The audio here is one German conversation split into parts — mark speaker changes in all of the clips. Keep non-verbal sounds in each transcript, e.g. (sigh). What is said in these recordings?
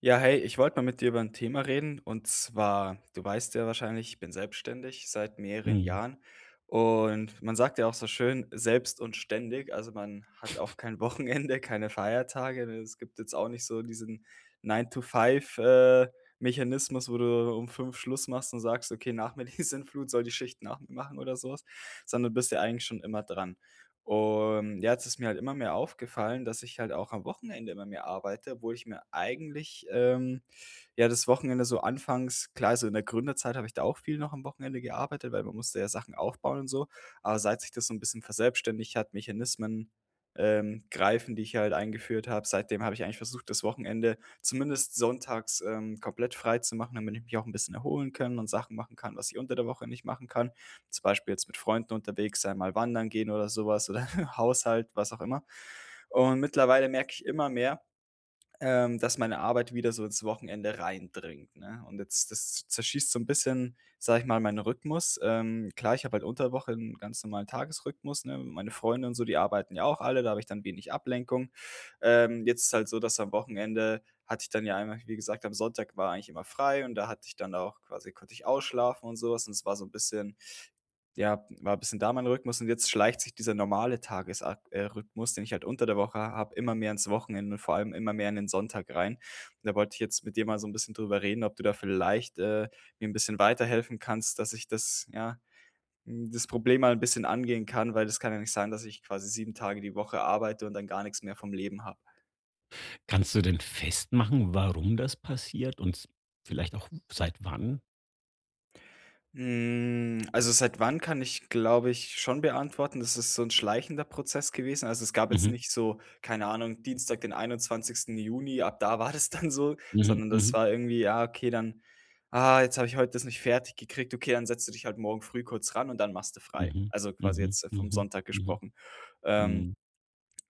Speaker 1: Ja, hey, ich wollte mal mit dir über ein Thema reden, und zwar, du weißt ja wahrscheinlich, ich bin selbstständig seit mehreren
Speaker 2: Mhm.
Speaker 1: Jahren, und man sagt ja auch so schön: „Selbst und ständig", also, man hat auch kein (laughs) Wochenende, keine Feiertage, ne? Es gibt jetzt auch nicht so diesen 9 to Five Mechanismus, wo du um 5 Schluss machst und sagst: „Okay, nach mir die Sinnflut, (laughs) soll die Schicht nach mir machen" oder so was, sondern du bist ja eigentlich schon immer dran. Und ja, jetzt ist mir halt immer mehr aufgefallen, dass ich halt auch am Wochenende immer mehr arbeite, obwohl ich mir eigentlich, ja, das Wochenende so anfangs klar, so in der Gründerzeit habe ich da auch viel noch am Wochenende gearbeitet, weil man musste ja Sachen aufbauen und so. Aber seit sich das so ein bisschen verselbstständigt hat, Mechanismen, greifen, die ich halt eingeführt habe, seitdem habe ich eigentlich versucht, das Wochenende zumindest sonntags, komplett frei zu machen, damit ich mich auch ein bisschen erholen kann und Sachen machen kann, was ich unter der Woche nicht machen kann, zum Beispiel jetzt mit Freunden unterwegs sein, mal wandern gehen oder sowas oder (laughs) Haushalt, was auch immer. Und mittlerweile merke ich immer mehr, dass meine Arbeit wieder so ins Wochenende reindringt, ne? Und jetzt, das zerschießt so ein bisschen, sage ich mal, meinen Rhythmus. Klar, ich habe halt unter der Woche einen ganz normalen Tagesrhythmus, ne? Meine Freunde und so, die arbeiten ja auch alle, da habe ich dann wenig Ablenkung. Jetzt ist halt so, dass am Wochenende, hatte ich dann ja einmal, wie gesagt, am Sonntag war eigentlich immer frei und da hatte ich dann auch quasi, konnte ich ausschlafen und sowas, und es war so ein bisschen, ja, war ein bisschen da mein Rhythmus, und jetzt schleicht sich dieser normale Tagesrhythmus, den ich halt unter der Woche habe, immer mehr ins Wochenende und vor allem immer mehr in den Sonntag rein. Und da wollte ich jetzt mit dir mal so ein bisschen drüber reden, ob du da vielleicht, mir ein bisschen weiterhelfen kannst, dass ich das, ja, das Problem mal ein bisschen angehen kann, weil das kann ja nicht sein, dass ich quasi 7 Tage die Woche arbeite und dann gar nichts mehr vom Leben habe.
Speaker 2: Kannst du denn festmachen, warum das passiert und s vielleicht auch seit wann?
Speaker 1: Also, seit wann kann ich, glaube ich, schon beantworten. Das ist so ein schleichender Prozess gewesen. Also, es gab jetzt
Speaker 2: Mhm.
Speaker 1: nicht so, keine Ahnung, Dienstag, den 21. Juni, ab da war das dann so,
Speaker 2: Mhm,
Speaker 1: sondern das
Speaker 2: mhm,
Speaker 1: war irgendwie: „Ja, okay, dann jetzt habe ich heute das nicht fertig gekriegt. Okay, dann setzt du dich halt morgen früh kurz ran und dann machst du frei."
Speaker 2: mhm,
Speaker 1: Also, quasi
Speaker 2: mhm,
Speaker 1: jetzt, vom
Speaker 2: mhm,
Speaker 1: Sonntag
Speaker 2: mhm,
Speaker 1: gesprochen. Ähm,
Speaker 2: mhm,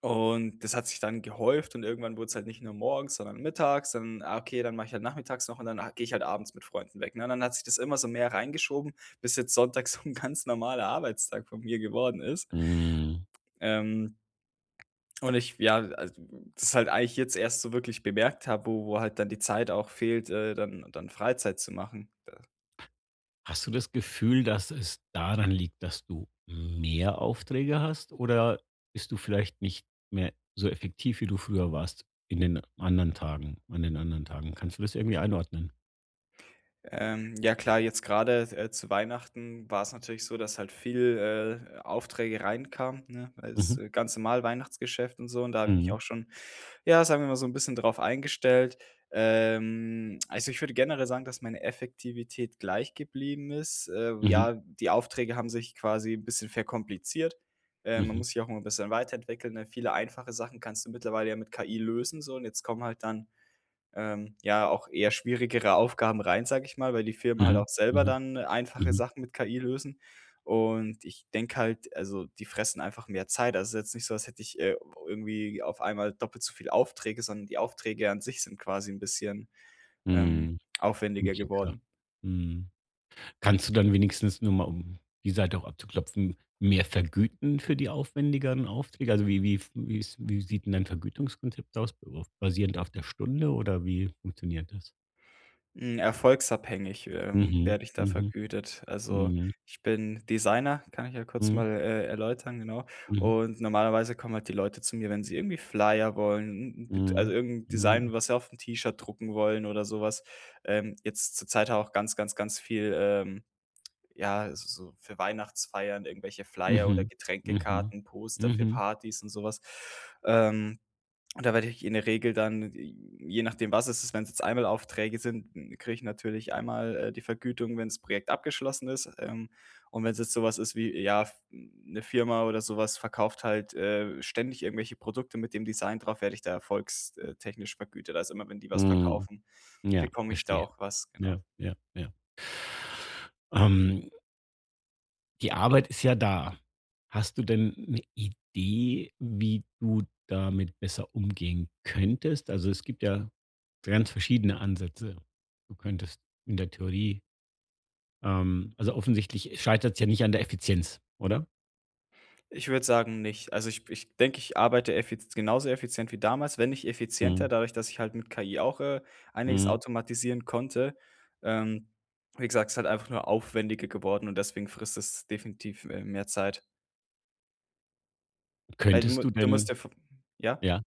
Speaker 1: und das hat sich dann gehäuft, und irgendwann wurde es halt nicht nur morgens, sondern mittags. Dann, okay, dann mache ich halt nachmittags noch und dann, gehe ich halt abends mit Freunden weg, ne? Und dann hat sich das immer so mehr reingeschoben, bis jetzt Sonntag (laughs) so ein ganz normaler Arbeitstag von mir geworden ist.
Speaker 2: mhm.
Speaker 1: Ähm, und ich, ja, also, das halt eigentlich jetzt erst so wirklich bemerkt habe, wo halt dann die Zeit auch fehlt, dann Freizeit zu machen.
Speaker 2: Hast du das Gefühl, dass es daran liegt, dass du mehr Aufträge hast oder bist du vielleicht nicht mehr so effektiv, wie du früher warst in den anderen Tagen an den anderen Tagen? Kannst du das irgendwie einordnen?
Speaker 1: Ja klar, jetzt gerade, zu Weihnachten war es natürlich so, dass halt viel, Aufträge reinkamen, ne? Weil das,
Speaker 2: Mhm,
Speaker 1: ganze Mal Weihnachtsgeschäft und so, und da habe ich mich
Speaker 2: mhm,
Speaker 1: auch schon, ja, sagen wir mal, so ein bisschen drauf eingestellt. Also, ich würde generell sagen, dass meine Effektivität gleich geblieben ist.
Speaker 2: mhm,
Speaker 1: Ja, die Aufträge haben sich quasi ein bisschen verkompliziert. Man
Speaker 2: mhm,
Speaker 1: muss sich auch immer ein bisschen weiterentwickeln, ne? Viele einfache Sachen kannst du mittlerweile ja mit KI lösen, so, und jetzt kommen halt dann, ja, auch eher schwierigere Aufgaben rein, sage ich mal, weil die Firmen halt
Speaker 2: mhm,
Speaker 1: auch selber
Speaker 2: mhm,
Speaker 1: dann, einfache
Speaker 2: mhm,
Speaker 1: Sachen mit KI lösen. Und ich denke halt, also, die fressen einfach mehr Zeit. Also, es ist jetzt nicht so, als hätte ich, irgendwie auf einmal doppelt so viel Aufträge, sondern die Aufträge an sich sind quasi ein bisschen, ähm,
Speaker 2: mhm,
Speaker 1: aufwendiger
Speaker 2: komplexer.
Speaker 1: geworden.
Speaker 2: Mhm. Kannst du dann wenigstens nur mal, um die Seite auch abzuklopfen, mehr vergüten für die aufwendigeren Aufträge? Also, wie sieht 'n dein Vergütungskonzept aus, auf basierend auf der Stunde oder wie funktioniert das?
Speaker 1: Erfolgsabhängig,
Speaker 2: Mhm,
Speaker 1: werde ich da
Speaker 2: mhm,
Speaker 1: vergütet. Also,
Speaker 2: mhm,
Speaker 1: ich bin Designer, kann ich ja kurz mal,
Speaker 2: mhm,
Speaker 1: erläutern, genau.
Speaker 2: mhm,
Speaker 1: Und normalerweise kommen halt die Leute zu mir, wenn sie irgendwie Flyer wollen, 'n 'n bet also,
Speaker 2: mhm,
Speaker 1: irgend 'n
Speaker 2: mhm,
Speaker 1: Design, was sie auf 'n T-Shirt drucken wollen oder so was. Jetzt zur Zeit auch ganz, ganz, ganz viel, ja, so für Weihnachtsfeiern irgendwelche Flyer oder
Speaker 2: mhm, mhm,
Speaker 1: Getränkekarten, Poster für
Speaker 2: mhm,
Speaker 1: Partys und so was. Ähm und da werde ich in der Regel dann, je nachdem, was es ist, wenn es jetzt Einmalaufträge sind, kriege ich natürlich einmal, die Vergütung, wenn das Projekt abgeschlossen ist. Und wenn es jetzt sowas ist wie, ja, f 'ne Firma oder sowas verkauft halt, ständig irgendwelche Produkte mit dem Design drauf, werde ich da erfolgstechnisch vergütet. Also, immer wenn die was
Speaker 2: mhm.
Speaker 1: verkaufen,
Speaker 2: Ja,
Speaker 1: bekomme ich da
Speaker 2: verstehe.
Speaker 1: auch was, genau.
Speaker 2: Ja, ja, ja. Ähm Die Arbeit ist ja da. Hast du denn eine Idee, wie du damit besser umgehen könntest? Also, es gibt ja ganz verschiedene Ansätze. Du könntest in der Theorie also, offensichtlich scheitert es ja nicht an der Effizienz, oder?
Speaker 1: Ich würde sagen, nicht. Also, ich denke, ich arbeite effiz genauso effizient wie damals, wenn nicht effizienter,
Speaker 2: Mhm,
Speaker 1: dadurch, dass ich halt mit KI auch, einiges
Speaker 2: mhm.
Speaker 1: automatisieren konnte. Ähm, Wie gesagt, es ist halt einfach nur aufwendiger geworden und deswegen frisst es definitiv, mehr Zeit. Weil du mu
Speaker 2: Könntest du
Speaker 1: du musst
Speaker 2: denn
Speaker 1: dir v ja?
Speaker 2: ja,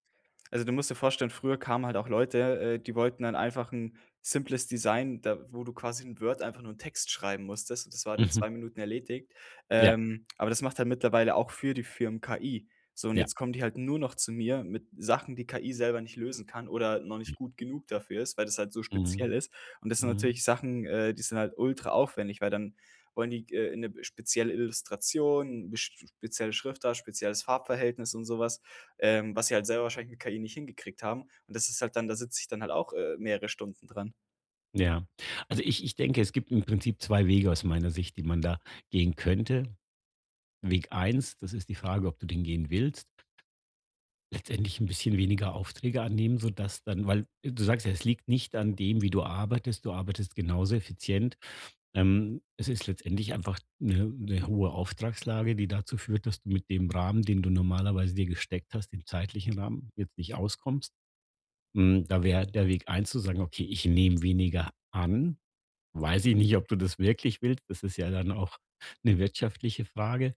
Speaker 1: Also, du musst dir vorstellen, früher kamen halt auch Leute, die wollten dann einfach ein simples Design, da wo du quasi in Word einfach nur 'n Text schreiben musstest und das war dann in
Speaker 2: mhm,
Speaker 1: 2 Minuten erledigt.
Speaker 2: ja,
Speaker 1: Aber das macht halt mittlerweile auch für die Firmen KI. So, und
Speaker 2: ja,
Speaker 1: jetzt kommen die halt nur noch zu mir mit Sachen, die KI selber nicht lösen kann oder noch nicht gut genug dafür ist, weil das halt so
Speaker 2: mhm,
Speaker 1: speziell ist. Und das sind
Speaker 2: mhm,
Speaker 1: natürlich Sachen, die sind halt ultra aufwendig, weil dann wollen die, 'ne spezielle Illustration, 'ne spezielle Schriftart, spezielles Farbverhältnis und sowas, was sie halt selber wahrscheinlich mit KI nicht hingekriegt haben. Und das ist halt dann, da sitze ich dann halt auch, mehrere Stunden dran.
Speaker 2: ja. Also, ich denke, es gibt im Prinzip 2 Wege aus meiner Sicht, die man da gehen könnte. Weg eins, das ist die Frage, ob du den gehen willst. Letztendlich ein bisschen weniger Aufträge annehmen, sodass dann weil du sagst ja, es liegt nicht an dem, wie du arbeitest. Du arbeitest genauso effizient. Es ist letztendlich einfach eine 'ne hohe Auftragslage, die dazu führt, dass du mit dem Rahmen, den du normalerweise dir gesteckt hast, dem zeitlichen Rahmen, jetzt nicht auskommst. Hm, da wäre der Weg eins zu sagen: „Okay, ich nehme weniger an.“ Weiß ich nicht, ob du das wirklich willst. Das ist ja dann auch eine wirtschaftliche Frage.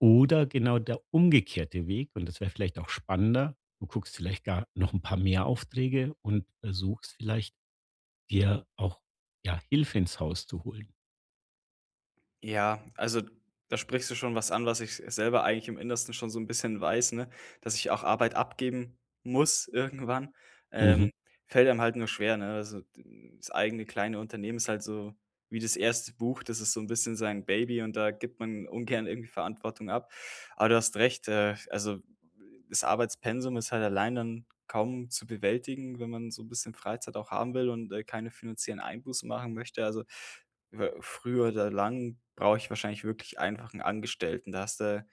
Speaker 2: Oder genau der umgekehrte Weg, und das wäre vielleicht auch spannender. Du guckst vielleicht gar noch ein paar mehr Aufträge und versuchst vielleicht, dir auch, ja, Hilfe ins Haus zu holen.
Speaker 1: Ja, also, da sprichst du schon was an, was ich selber eigentlich im Innersten schon so ein bisschen weiß, ne, dass ich auch Arbeit abgeben muss irgendwann. Ähm,
Speaker 2: Mhm.
Speaker 1: Fällt einem halt nur schwer, ne? Also, das eigene kleine Unternehmen ist halt so wie das erste Buch, das ist so ein bisschen sein Baby, und da gibt man ungern irgendwie Verantwortung ab. Aber du hast recht, also, das Arbeitspensum ist halt allein dann kaum zu bewältigen, wenn man so ein bisschen Freizeit auch haben will und, keine finanziellen Einbußen machen möchte. Also, früher oder lang brauche ich wahrscheinlich wirklich einfach einen Angestellten.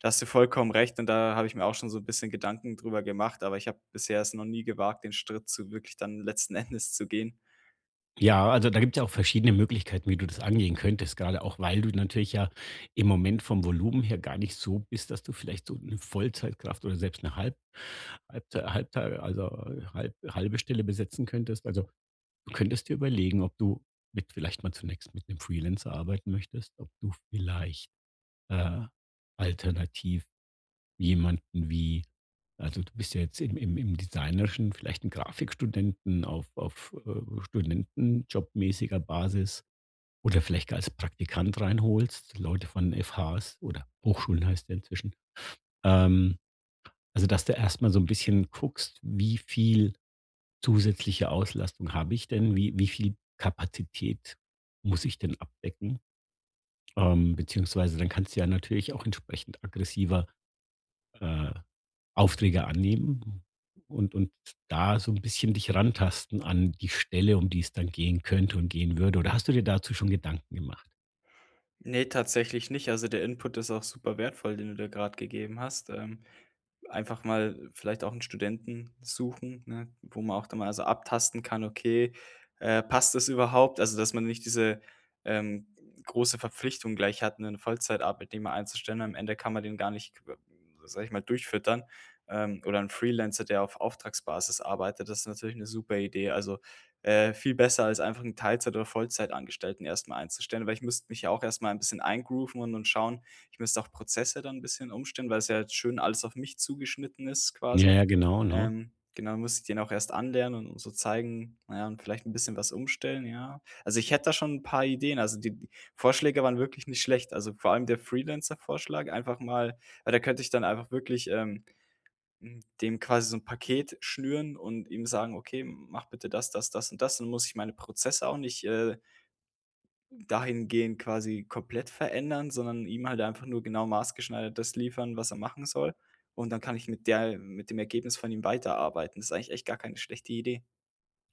Speaker 1: Da hast du vollkommen recht, und da habe ich mir auch schon so ein bisschen Gedanken drüber gemacht, aber ich habe bisher es noch nie gewagt, den Schritt zu wirklich dann letzten (laughs) Endes zu gehen.
Speaker 2: Ja, also, da gibt es ja auch verschiedene Möglichkeiten, wie du das angehen könntest, gerade auch, weil du natürlich ja im Moment vom Volumen her gar nicht so bist, dass du vielleicht so eine Vollzeitkraft oder selbst eine halb halb halbtei also, halbe Stelle besetzen könntest. Also, du könntest dir überlegen, ob du mit vielleicht mal zunächst mit einem Freelancer arbeiten möchtest, ob du vielleicht, äh, alternativ jemanden wie, also, du bist ja jetzt im Designerischen, vielleicht 'n Grafikstudenten auf, studentenjobmäßiger Basis oder vielleicht gar als Praktikant reinholst, Leute von FHs oder Hochschulen heißt ja inzwischen. Ähm, also, dass du erstmal so ein bisschen guckst, wie viel zusätzliche Auslastung habe ich denn? Wie viel Kapazität muss ich denn abdecken? Beziehungsweise dann kannst du ja natürlich auch entsprechend aggressiver, äh, Aufträge annehmen und da so ein bisschen dich rantasten an die Stelle, um die es dann gehen könnte und gehen würde. Oder hast du dir dazu schon Gedanken gemacht?
Speaker 1: Ne, tatsächlich nicht. Also, der Input ist auch super wertvoll, den du da gerade gegeben hast. Einfach mal vielleicht auch einen Studenten suchen, ne, wo man auch dann mal, also, abtasten kann: „Okay, passt das überhaupt?" Also, dass man nicht diese, ähm, große Verpflichtung gleich hat, 'nen Vollzeitarbeitnehmer einzustellen. Am Ende kann man den gar nicht, w sage ich mal, durchfüttern. Oder ein Freelancer, der auf Auftragsbasis arbeitet, das ist natürlich eine super Idee. Also, viel besser als einfach einen Teilzeit oder Vollzeitangestellten erstmal einzustellen, weil ich müsste mich ja auch erstmal ein bisschen eingrooven und schauen, ich müsste auch Prozesse dann ein bisschen umstellen, weil es ja schön alles auf mich zugeschnitten ist
Speaker 2: Ja,
Speaker 1: quasi.
Speaker 2: ja, genau, ne?
Speaker 1: Genau, muss ich den auch erst anlernen und so zeigen, na ja, und vielleicht ein bisschen was umstellen, ja. Also, ich hätte da schon ein paar Ideen. Also, die Vorschläge waren wirklich nicht schlecht. Also, vor allem der Freelancer-Vorschlag, einfach mal, weil da könnte ich dann einfach wirklich, dem quasi so ein Paket schnüren und ihm sagen: „Okay, mach bitte das, das, das und das." Dann muss ich meine Prozesse auch nicht, dahingehend quasi komplett verändern, sondern ihm halt einfach nur genau maßgeschneidert das liefern, was er machen soll. Und dann kann ich mit dem Ergebnis von ihm weiterarbeiten. Das ist eigentlich echt gar keine schlechte Idee.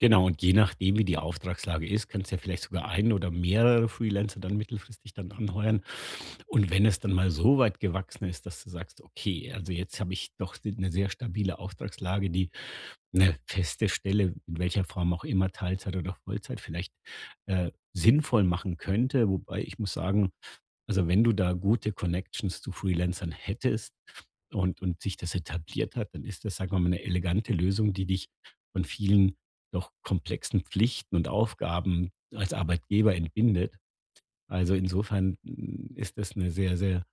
Speaker 2: Genau, und je nachdem, wie die Auftragslage ist, kannst du ja vielleicht sogar einen oder mehrere Freelancer dann mittelfristig dann anheuern. Und wenn es dann mal so weit gewachsen ist, dass du sagst, okay, also jetzt habe ich doch eine sehr stabile Auftragslage, die eine feste Stelle, in welcher Form auch immer, Teilzeit oder Vollzeit vielleicht, sinnvoll machen könnte. Wobei, ich muss sagen, also, wenn du da gute Connections zu Freelancern hättest und sich das etabliert hat, dann ist das, sagen wir mal, eine elegante Lösung, die dich von vielen doch komplexen Pflichten und Aufgaben als Arbeitgeber entbindet. Also, insofern, hm, ist das eine sehr, sehr,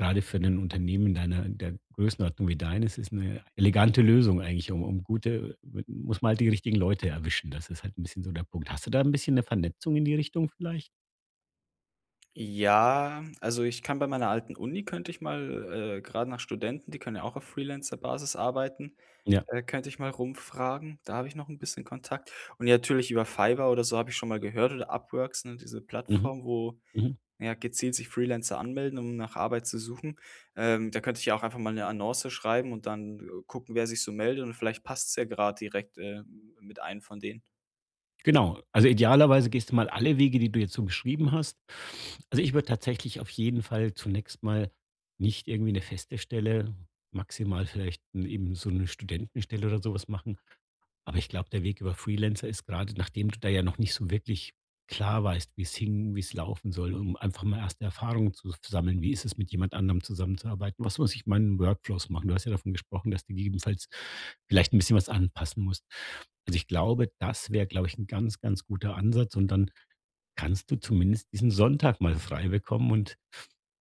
Speaker 2: gerade für 'nen Unternehmen deiner der Größenordnung wie deines, ist eine elegante Lösung eigentlich, um um gute, muss man halt die richtigen Leute erwischen. Das ist halt ein bisschen so der Punkt. Hast du da ein bisschen eine Vernetzung in die Richtung vielleicht?
Speaker 1: Ja, also, ich kann bei meiner alten Uni, könnte ich mal, grad nach Studenten, die können ja auch auf Freelancer-Basis arbeiten,
Speaker 2: Ja.
Speaker 1: könnte ich mal rumfragen. Da habe ich noch ein bisschen Kontakt. Und ja, natürlich über Fiverr oder so habe ich schon mal gehört oder Upworks, ne, diese
Speaker 2: Mhm.
Speaker 1: Plattform, wo,
Speaker 2: Mhm.
Speaker 1: ja, gezielt sich Freelancer anmelden, um nach Arbeit zu suchen. Da könnte ich ja auch einfach mal eine Annonce schreiben und dann, gucken, wer sich so meldet, und vielleicht passt es ja gerade direkt, mit einem von denen.
Speaker 2: Genau. Also, idealerweise gehst du mal alle Wege, die du jetzt so beschrieben hast. Also, ich würde tatsächlich auf jeden Fall zunächst mal nicht irgendwie eine feste Stelle, maximal vielleicht eben so eine Studentenstelle oder sowas machen. Aber ich glaube, der Weg über Freelancer ist gerade, nachdem du da ja noch nicht so wirklich klar weißt, wie es hing, wie es laufen soll, um einfach mal erste Erfahrungen zu sammeln. Wie ist es, mit jemand anderem zusammenzuarbeiten? Was muss ich meinen Workflows machen? Du hast ja davon gesprochen, dass du gegebenenfalls vielleicht ein bisschen was anpassen musst. Also, ich glaube, das wäre, glaube ich, ein ganz, ganz guter Ansatz und dann kannst du zumindest diesen Sonntag mal frei bekommen und,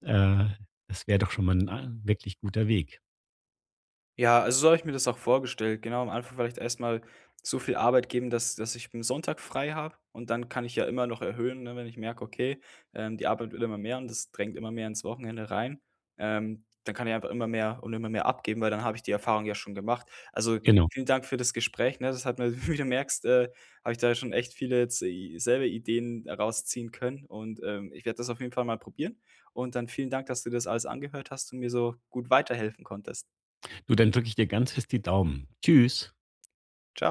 Speaker 2: äh, das wäre doch schon mal 'n a wirklich guter Weg.
Speaker 1: Ja, also, so habe ich mir das auch vorgestellt. Genau, am Anfang vielleicht erstmal so viel Arbeit geben, dass ich am Sonntag frei habe, und dann kann ich ja immer noch erhöhen, ne, wenn ich merke, okay, die Arbeit wird immer mehr und das drängt immer mehr ins Wochenende rein. Dann kann ich einfach immer mehr und immer mehr abgeben, weil dann habe ich die Erfahrung ja schon gemacht. Also,
Speaker 2: Genau.
Speaker 1: vielen Dank für das Gespräch, ne? Das hat mir, (laughs) wie du merkst, habe ich da schon echt viele jetzt i selber Ideen rausziehen können und, ich werde das auf jeden Fall mal probieren, und dann vielen Dank, dass du das alles angehört hast und mir so gut weiterhelfen konntest.
Speaker 2: Du, dann drücke ich dir ganz fest die Daumen. Tschüss.
Speaker 1: Ciao.